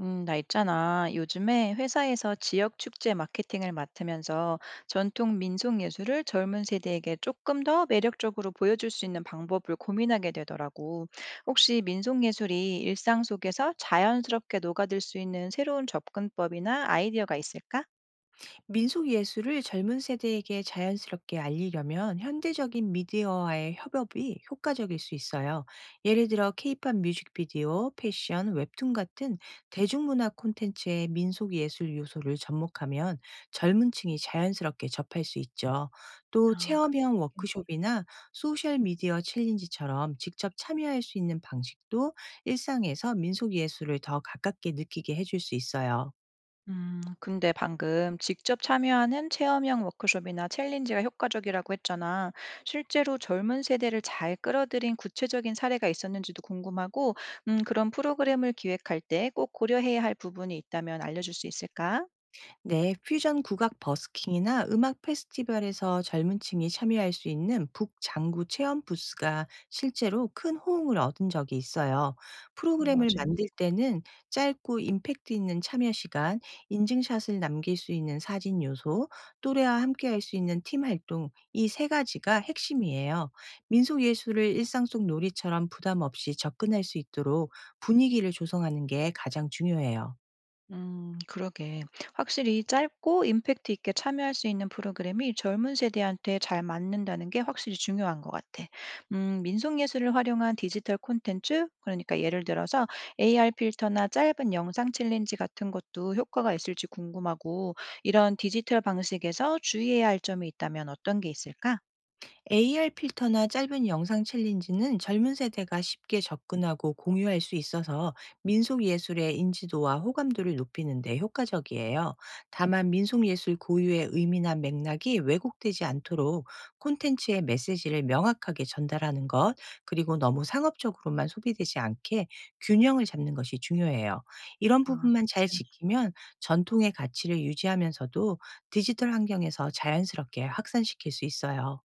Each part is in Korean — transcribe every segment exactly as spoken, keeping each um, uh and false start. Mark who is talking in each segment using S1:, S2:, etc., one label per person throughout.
S1: 음, 나 있잖아. 요즘에 회사에서 지역 축제 마케팅을 맡으면서 전통 민속 예술을 젊은 세대에게 조금 더 매력적으로 보여줄 수 있는 방법을 고민하게 되더라고. 혹시 민속예술이 일상 속에서 자연스럽게 녹아들 수 있는 새로운 접근법이나 아이디어가 있을까?
S2: 민속 예술을 젊은 세대에게 자연스럽게 알리려면 현대적인 미디어와의 협업이 효과적일 수 있어요. 예를 들어 케이팝 뮤직비디오, 패션, 웹툰 같은 대중문화 콘텐츠에 민속 예술 요소를 접목하면 젊은 층이 자연스럽게 접할 수 있죠. 또
S1: 아, 그럴 수
S2: 체험형
S1: 있겠네.
S2: 워크숍이나 소셜 미디어 챌린지처럼 직접 참여할 수 있는 방식도 일상에서 민속 예술을 더 가깝게 느끼게 해줄 수 있어요.
S1: 음, 근데 방금 직접 참여하는 체험형 워크숍이나 챌린지가 효과적이라고 했잖아. 실제로 젊은 세대를 잘 끌어들인 구체적인 사례가 있었는지도 궁금하고, 음, 그런 프로그램을 기획할 때 꼭 고려해야 할 부분이 있다면 알려줄 수 있을까?
S2: 네, 퓨전 국악 버스킹이나 음악 페스티벌에서 젊은 층이 참여할 수 있는 북장구 체험 부스가 실제로 큰 호응을 얻은 적이 있어요.
S1: 우와,
S2: 프로그램을
S1: 재밌어.
S2: 만들 때는 짧고 임팩트 있는 참여 시간, 인증샷을 남길 수 있는 사진 요소, 또래와 함께 할 수 있는 팀 활동, 이 세 가지가 핵심이에요. 민속 예술을 일상 속 놀이처럼 부담 없이 접근할 수 있도록 분위기를 조성하는 게 가장 중요해요.
S1: 음, 그러게. 확실히 짧고 임팩트 있게 참여할 수 있는 프로그램이 젊은 세대한테 잘 맞는다는 게 확실히 중요한 것 같아. 음, 민속예술을 활용한 디지털 콘텐츠, 그러니까 예를 들어서 에이아르 필터나 짧은 영상 챌린지 같은 것도 효과가 있을지 궁금하고, 이런 디지털 방식에서 주의해야 할 점이 있다면 어떤 게 있을까?
S2: 에이아르 필터나 짧은 영상 챌린지는 젊은 세대가 쉽게 접근하고 공유할 수 있어서 민속 예술의 인지도와 호감도를 높이는 데 효과적이에요. 다만 민속 예술 고유의 의미나 맥락이 왜곡되지 않도록 콘텐츠의 메시지를 명확하게 전달하는 것, 그리고 너무 상업적으로만 소비되지 않게 균형을 잡는 것이 중요해요. 이런
S1: 아,
S2: 부분만 잘 지키면 전통의 가치를 유지하면서도 디지털 환경에서 자연스럽게 확산시킬 수 있어요.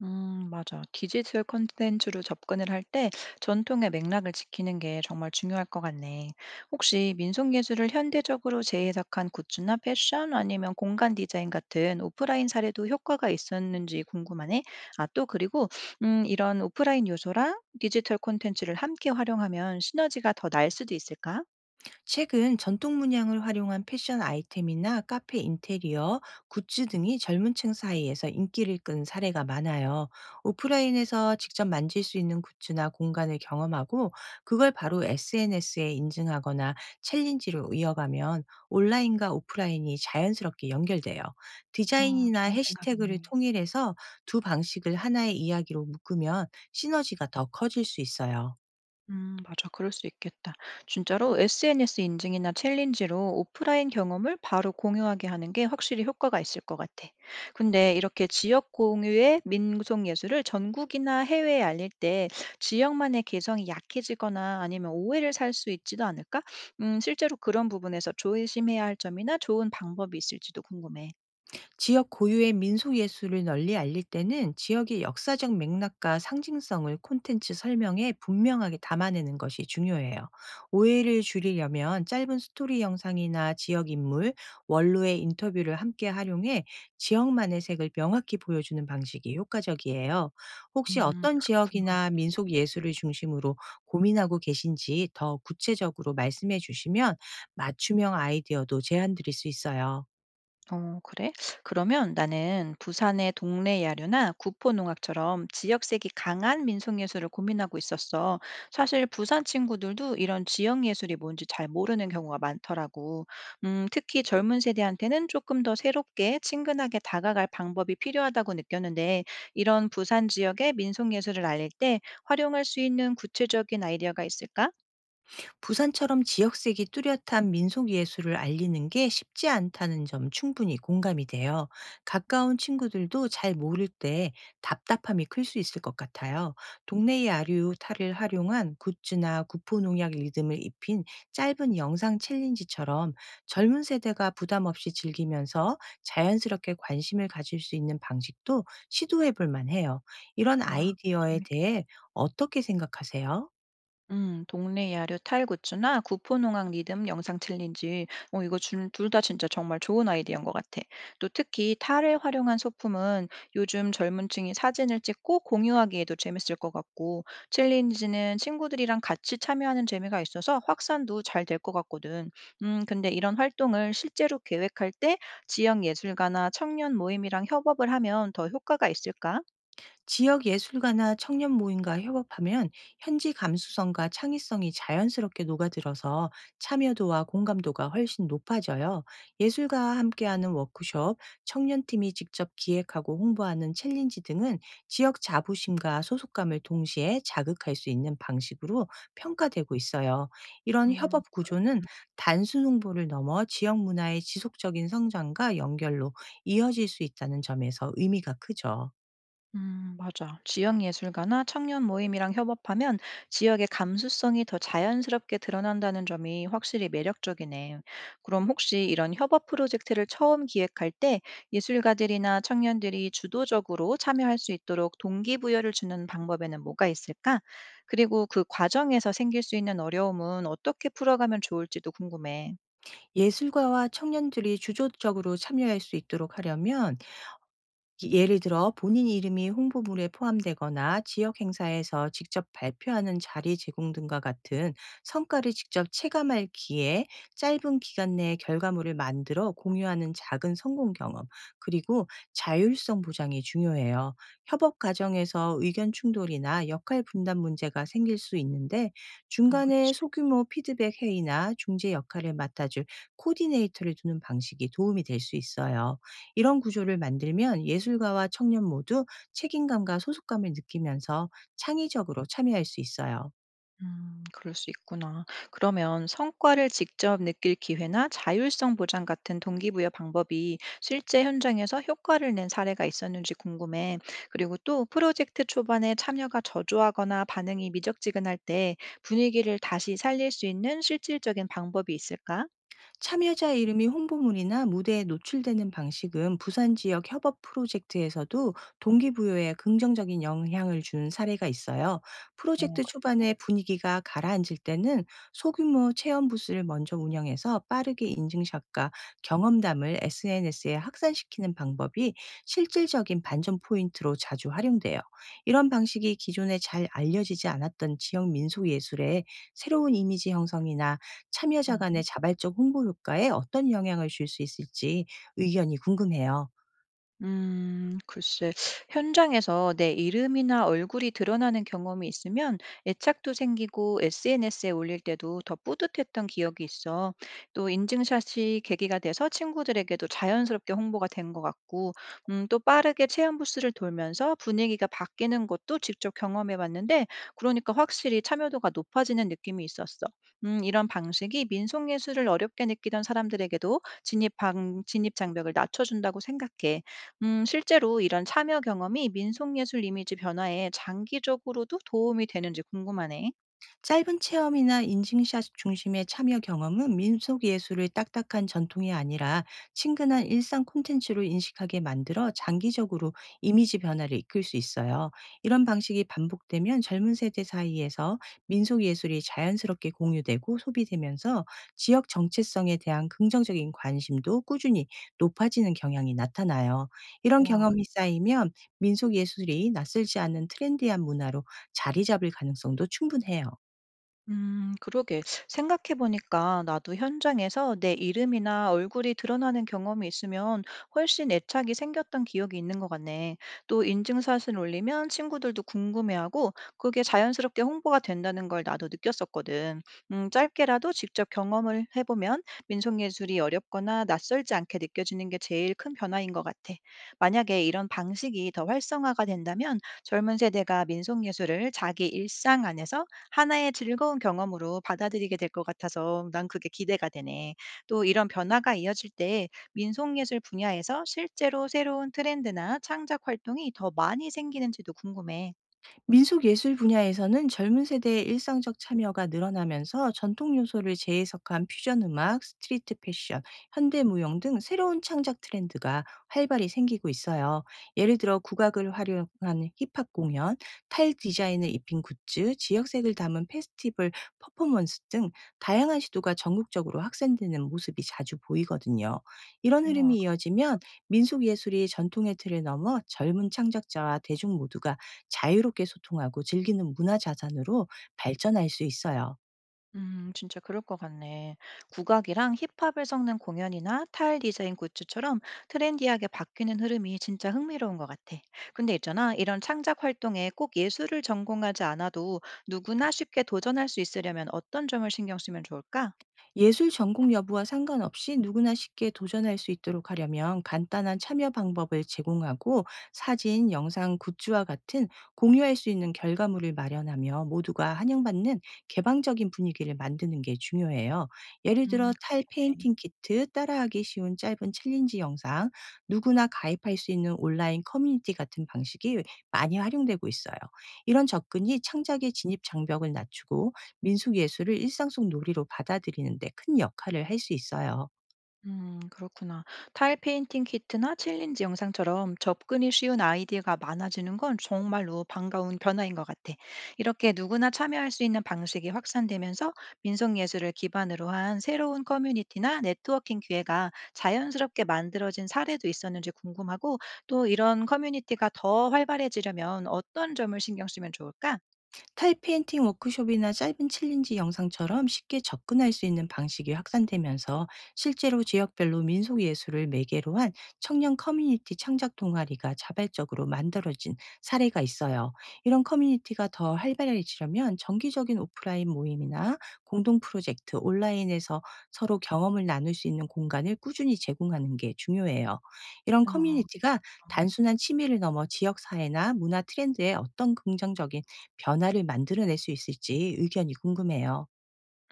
S1: 음, 맞아. 디지털 콘텐츠로 접근을 할 때 전통의 맥락을 지키는 게 정말 중요할 것 같네. 혹시 민속예술을 현대적으로 재해석한 굿즈나 패션 아니면 공간 디자인 같은 오프라인 사례도 효과가 있었는지 궁금하네. 아, 또 그리고 음, 이런 오프라인 요소랑 디지털 콘텐츠를 함께 활용하면 시너지가 더 날 수도 있을까?
S2: 최근 전통 문양을 활용한 패션 아이템이나 카페 인테리어, 굿즈 등이 젊은 층 사이에서 인기를 끈 사례가 많아요. 오프라인에서 직접 만질 수 있는 굿즈나 공간을 경험하고, 그걸 바로 에스엔에스에 인증하거나 챌린지로 이어가면 온라인과 오프라인이 자연스럽게 연결돼요.
S1: 어,
S2: 디자인이나
S1: 좋은
S2: 해시태그를
S1: 생각이네.
S2: 통일해서 두 방식을 하나의 이야기로 묶으면 시너지가 더 커질 수 있어요.
S1: 음, 맞아. 그럴 수 있겠다. 진짜로 에스엔에스 인증이나 챌린지로 오프라인 경험을 바로 공유하게 하는 게 확실히 효과가 있을 것 같아. 근데 이렇게 지역 공유의 민속 예술을 전국이나 해외에 알릴 때 지역만의 개성이 약해지거나 아니면 오해를 살 수 있지도 않을까? 음, 실제로 그런 부분에서 조심해야 할 점이나 좋은 방법이 있을지도 궁금해.
S2: 지역 고유의 민속 예술을 널리 알릴 때는 지역의 역사적 맥락과 상징성을 콘텐츠 설명에 분명하게 담아내는 것이 중요해요. 오해를 줄이려면 짧은 스토리 영상이나 지역 인물, 원로의 인터뷰를 함께 활용해 지역만의 색을 명확히 보여주는 방식이 효과적이에요. 혹시
S1: 음,
S2: 어떤
S1: 그렇구나.
S2: 지역이나 민속 예술을 중심으로 고민하고 계신지 더 구체적으로 말씀해 주시면 맞춤형 아이디어도 제안 드릴 수 있어요.
S1: 어, 그래? 그러면 나는 부산의 동네 야류나 구포 농악처럼 지역색이 강한 민속예술을 고민하고 있었어. 사실 부산 친구들도 이런 지역 예술이 뭔지 잘 모르는 경우가 많더라고. 음, 특히 젊은 세대한테는 조금 더 새롭게 친근하게 다가갈 방법이 필요하다고 느꼈는데, 이런 부산 지역의 민속예술을 알릴 때 활용할 수 있는 구체적인 아이디어가 있을까?
S2: 부산처럼 지역색이 뚜렷한 민속 예술을 알리는 게 쉽지 않다는 점, 충분히 공감이 돼요. 가까운 친구들도 잘 모를 때 답답함이 클 수 있을 것 같아요. 동네의 아류 탈을 활용한 굿즈나 구포 농약 리듬을 입힌 짧은 영상 챌린지처럼 젊은 세대가 부담 없이 즐기면서 자연스럽게 관심을 가질 수 있는 방식도 시도해 볼 만해요. 이런
S1: 아, 그거
S2: 아이디어에
S1: 재밌겠다.
S2: 대해 어떻게 생각하세요?
S1: 음, 동네 야류 탈구추나 구포농악 리듬 영상 챌린지, 어, 이거 둘 다 진짜 정말 좋은 아이디어인 것 같아. 또 특히 탈을 활용한 소품은 요즘 젊은 층이 사진을 찍고 공유하기에도 재밌을 것 같고, 챌린지는 친구들이랑 같이 참여하는 재미가 있어서 확산도 잘 될 것 같거든. 음, 근데 이런 활동을 실제로 계획할 때 지역 예술가나 청년 모임이랑 협업을 하면 더 효과가 있을까?
S2: 지역 예술가나 청년 모임과 협업하면 현지 감수성과 창의성이 자연스럽게 녹아들어서 참여도와 공감도가 훨씬 높아져요. 예술가와 함께하는 워크숍, 청년팀이 직접 기획하고 홍보하는 챌린지 등은 지역 자부심과 소속감을 동시에 자극할 수 있는 방식으로 평가되고 있어요. 이런
S1: 음,
S2: 협업 구조는 단순 홍보를 넘어 지역 문화의 지속적인 성장과 연결로 이어질 수 있다는 점에서 의미가 크죠.
S1: 음, 맞아. 지역 예술가나 청년 모임이랑 협업하면 지역의 감수성이 더 자연스럽게 드러난다는 점이 확실히 매력적이네. 그럼 혹시 이런 협업 프로젝트를 처음 기획할 때 예술가들이나 청년들이 주도적으로 참여할 수 있도록 동기부여를 주는 방법에는 뭐가 있을까? 그리고 그 과정에서 생길 수 있는 어려움은 어떻게 풀어가면 좋을지도 궁금해.
S2: 예술가와 청년들이 주도적으로 참여할 수 있도록 하려면, 예를 들어 본인 이름이 홍보물에 포함되거나 지역 행사에서 직접 발표하는 자리 제공 등과 같은 성과를 직접 체감할 기회, 짧은 기간 내에 결과물을 만들어 공유하는 작은 성공 경험, 그리고 자율성 보장이 중요해요. 협업 과정에서 의견 충돌이나 역할 분담 문제가 생길 수 있는데,
S1: 음, 그쵸.
S2: 중간에 소규모 피드백 회의나 중재 역할을 맡아줄 코디네이터를 두는 방식이 도움이 될 수 있어요. 이런 구조를 만들면 예술가와 청년 모두 책임감과 소속감을 느끼면서 창의적으로 참여할 수 있어요.
S1: 음, 그럴 수 있구나. 그러면 성과를 직접 느낄 기회나 자율성 보장 같은 동기부여 방법이 실제 현장에서 효과를 낸 사례가 있었는지 궁금해. 그리고 또 프로젝트 초반에 참여가 저조하거나 반응이 미적지근할 때 분위기를 다시 살릴 수 있는 실질적인 방법이 있을까?
S2: 참여자 이름이 홍보물이나 무대에 노출되는 방식은 부산 지역 협업 프로젝트에서도 동기부여에 긍정적인 영향을 준 사례가 있어요.
S1: 어,
S2: 프로젝트
S1: 그래.
S2: 초반에 분위기가 가라앉을 때는 소규모 체험 부스를 먼저 운영해서 빠르게 인증샷과 경험담을 에스엔에스에 확산시키는 방법이 실질적인 반전 포인트로 자주 활용돼요. 이런 방식이 기존에 잘 알려지지 않았던 지역 민속 예술에 새로운 이미지 형성이나 참여자
S1: 음.
S2: 간의 자발적 홍보 효과에 어떤 영향을 줄 수 있을지 의견이 궁금해요.
S1: 음 글쎄, 현장에서 내 이름이나 얼굴이 드러나는 경험이 있으면 애착도 생기고 에스엔에스에 올릴 때도 더 뿌듯했던 기억이 있어. 또 인증샷이 계기가 돼서 친구들에게도 자연스럽게 홍보가 된 것 같고, 음, 또 빠르게 체험 부스를 돌면서 분위기가 바뀌는 것도 직접 경험해 봤는데, 그러니까 확실히 참여도가 높아지는 느낌이 있었어. 음, 이런 방식이 민속예술을 어렵게 느끼던 사람들에게도 진입 방, 진입 장벽을 낮춰준다고 생각해. 음, 실제로 이런 참여 경험이 민속예술 이미지 변화에 장기적으로도 도움이 되는지 궁금하네.
S2: 짧은 체험이나 인증샷 중심의 참여 경험은 민속 예술을 딱딱한 전통이 아니라 친근한 일상 콘텐츠로 인식하게 만들어 장기적으로 이미지 변화를 이끌 수 있어요. 이런 방식이 반복되면 젊은 세대 사이에서 민속 예술이 자연스럽게 공유되고 소비되면서 지역 정체성에 대한 긍정적인 관심도 꾸준히 높아지는 경향이 나타나요. 이런
S1: 와.
S2: 경험이 쌓이면 민속 예술이 낯설지 않은 트렌디한 문화로 자리 잡을 가능성도 충분해요.
S1: 음, 그러게. 생각해 보니까 나도 현장에서 내 이름이나 얼굴이 드러나는 경험이 있으면 훨씬 애착이 생겼던 기억이 있는 것 같네. 또 인증샷을 올리면 친구들도 궁금해하고 그게 자연스럽게 홍보가 된다는 걸 나도 느꼈었거든. 음, 짧게라도 직접 경험을 해보면 민속예술이 어렵거나 낯설지 않게 느껴지는 게 제일 큰 변화인 것 같아. 만약에 이런 방식이 더 활성화가 된다면 젊은 세대가 민속예술을 자기 일상 안에서 하나의 즐거운 경험으로 받아들이게 될 것 같아서 난 그게 기대가 되네. 또 이런 변화가 이어질 때 민속예술 분야에서 실제로 새로운 트렌드나 창작 활동이 더 많이 생기는지도 궁금해.
S2: 민속 예술 분야에서는 젊은 세대의 일상적 참여가 늘어나면서 전통 요소를 재해석한 퓨전 음악, 스트리트 패션, 현대 무용 등 새로운 창작 트렌드가 활발히 생기고 있어요. 예를 들어 국악을 활용한 힙합 공연, 타일 디자인을 입힌 굿즈, 지역색을 담은 페스티벌 퍼포먼스 등 다양한 시도가 전국적으로 확산되는 모습이 자주 보이거든요. 이런 흐름이 이어지면 민속 예술이 전통의 틀을 넘어 젊은 창작자와 대중 모두가 자유롭게 소통하고 즐기는 문화 자산으로 발전할 수 있어요.
S1: 음, 진짜 그럴 것 같네. 국악이랑 힙합을 섞는 공연이나 타일 디자인 굿즈처럼 트렌디하게 바뀌는 흐름이 진짜 흥미로운 것 같아. 근데 있잖아, 이런 창작 활동에 꼭 예술을 전공하지 않아도 누구나 쉽게 도전할 수 있으려면 어떤 점을 신경 쓰면 좋을까?
S2: 예술 전공 여부와 상관없이 누구나 쉽게 도전할 수 있도록 하려면, 간단한 참여 방법을 제공하고, 사진, 영상, 굿즈와 같은 공유할 수 있는 결과물을 마련하며, 모두가 환영받는 개방적인 분위기를 만드는 게 중요해요. 예를
S1: 음,
S2: 들어 탈
S1: 그래.
S2: 페인팅 키트, 따라하기 쉬운 짧은 챌린지 영상, 누구나 가입할 수 있는 온라인 커뮤니티 같은 방식이 많이 활용되고 있어요. 이런 접근이 창작의 진입 장벽을 낮추고 민속 예술을 일상 속 놀이로 받아들이는 데 큰 역할을 할 수 있어요.
S1: 음, 그렇구나. 타일 페인팅 키트나 챌린지 영상처럼 접근이 쉬운 아이디어가 많아지는 건 정말로 반가운 변화인 것 같아. 이렇게 누구나 참여할 수 있는 방식이 확산되면서 민속예술을 기반으로 한 새로운 커뮤니티나 네트워킹 기회가 자연스럽게 만들어진 사례도 있었는지 궁금하고 또 이런 커뮤니티가 더 활발해지려면 어떤 점을 신경 쓰면 좋을까?
S2: 타입 페인팅 워크숍이나 짧은 챌린지 영상처럼 쉽게 접근할 수 있는 방식이 확산되면서, 실제로 지역별로 민속 예술을 매개로 한 청년 커뮤니티 창작 동아리가 자발적으로 만들어진 사례가 있어요. 이런 커뮤니티가 더 활발해지려면 정기적인 오프라인 모임이나 공동 프로젝트, 온라인에서 서로 경험을 나눌 수 있는 공간을 꾸준히 제공하는 게 중요해요. 이런
S1: 어. 어.
S2: 커뮤니티가 단순한 취미를 넘어 지역 사회나 문화 트렌드에 어떤 긍정적인 변화를 만들어낼 수 있을지 의견이 궁금해요.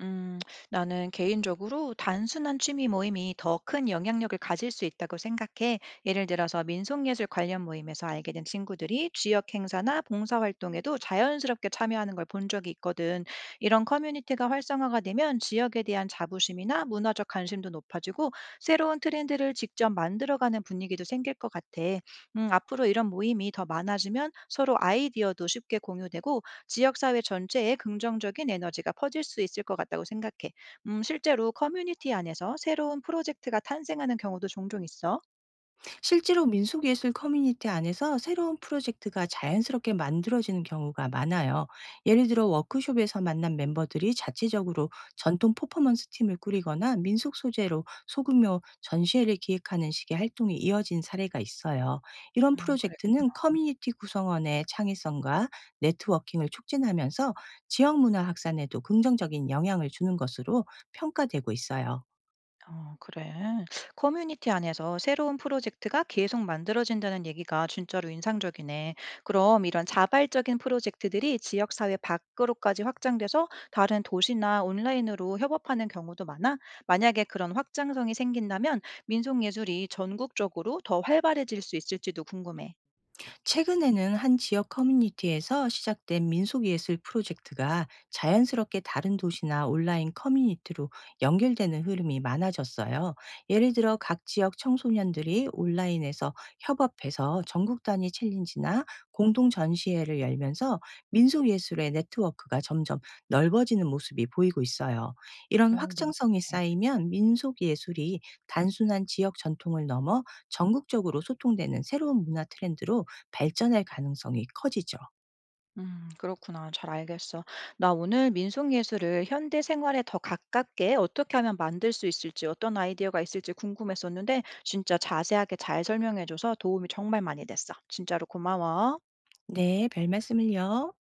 S1: 음, 나는 개인적으로 단순한 취미 모임이 더 큰 영향력을 가질 수 있다고 생각해. 예를 들어서 민속예술 관련 모임에서 알게 된 친구들이 지역 행사나 봉사활동에도 자연스럽게 참여하는 걸 본 적이 있거든. 이런 커뮤니티가 활성화가 되면 지역에 대한 자부심이나 문화적 관심도 높아지고 새로운 트렌드를 직접 만들어가는 분위기도 생길 것 같아. 음, 앞으로 이런 모임이 더 많아지면 서로 아이디어도 쉽게 공유되고 지역 사회 전체에 긍정적인 에너지가 퍼질 수 있을 것 같다고 생각해. 음, 실제로 커뮤니티 안에서 새로운 프로젝트가 탄생하는 경우도 종종 있어.
S2: 실제로 민속예술 커뮤니티 안에서 새로운 프로젝트가 자연스럽게 만들어지는 경우가 많아요. 예를 들어 워크숍에서 만난 멤버들이 자체적으로 전통 퍼포먼스 팀을 꾸리거나 민속 소재로 소규모 전시회를 기획하는 식의 활동이 이어진 사례가 있어요. 이런
S1: 어, 그래.
S2: 프로젝트는 커뮤니티 구성원의 창의성과 네트워킹을 촉진하면서 지역 문화 확산에도 긍정적인 영향을 주는 것으로 평가되고 있어요.
S1: 어, 그래. 커뮤니티 안에서 새로운 프로젝트가 계속 만들어진다는 얘기가 진짜로 인상적이네. 그럼 이런 자발적인 프로젝트들이 지역사회 밖으로까지 확장돼서 다른 도시나 온라인으로 협업하는 경우도 많아? 만약에 그런 확장성이 생긴다면 민속예술이 전국적으로 더 활발해질 수 있을지도 궁금해.
S2: 최근에는 한 지역 커뮤니티에서 시작된 민속예술 프로젝트가 자연스럽게 다른 도시나 온라인 커뮤니티로 연결되는 흐름이 많아졌어요. 예를 들어 각 지역 청소년들이 온라인에서 협업해서 전국 단위 챌린지나 공동 전시회를 열면서 민속예술의 네트워크가 점점 넓어지는 모습이 보이고 있어요. 이런
S1: 오, 너무
S2: 확장성이
S1: 좋네.
S2: 쌓이면 민속예술이 단순한 지역 전통을 넘어 전국적으로 소통되는 새로운 문화 트렌드로 발전할 가능성이 커지죠.
S1: 음 그렇구나. 잘 알겠어. 나 오늘 민속예술을 현대 생활에 더 가깝게 어떻게 하면 만들 수 있을지 어떤 아이디어가 있을지 궁금했었는데 진짜 자세하게 잘 설명해 줘서 도움이 정말 많이 됐어. 진짜로 고마워.
S2: 네, 별 말씀을요.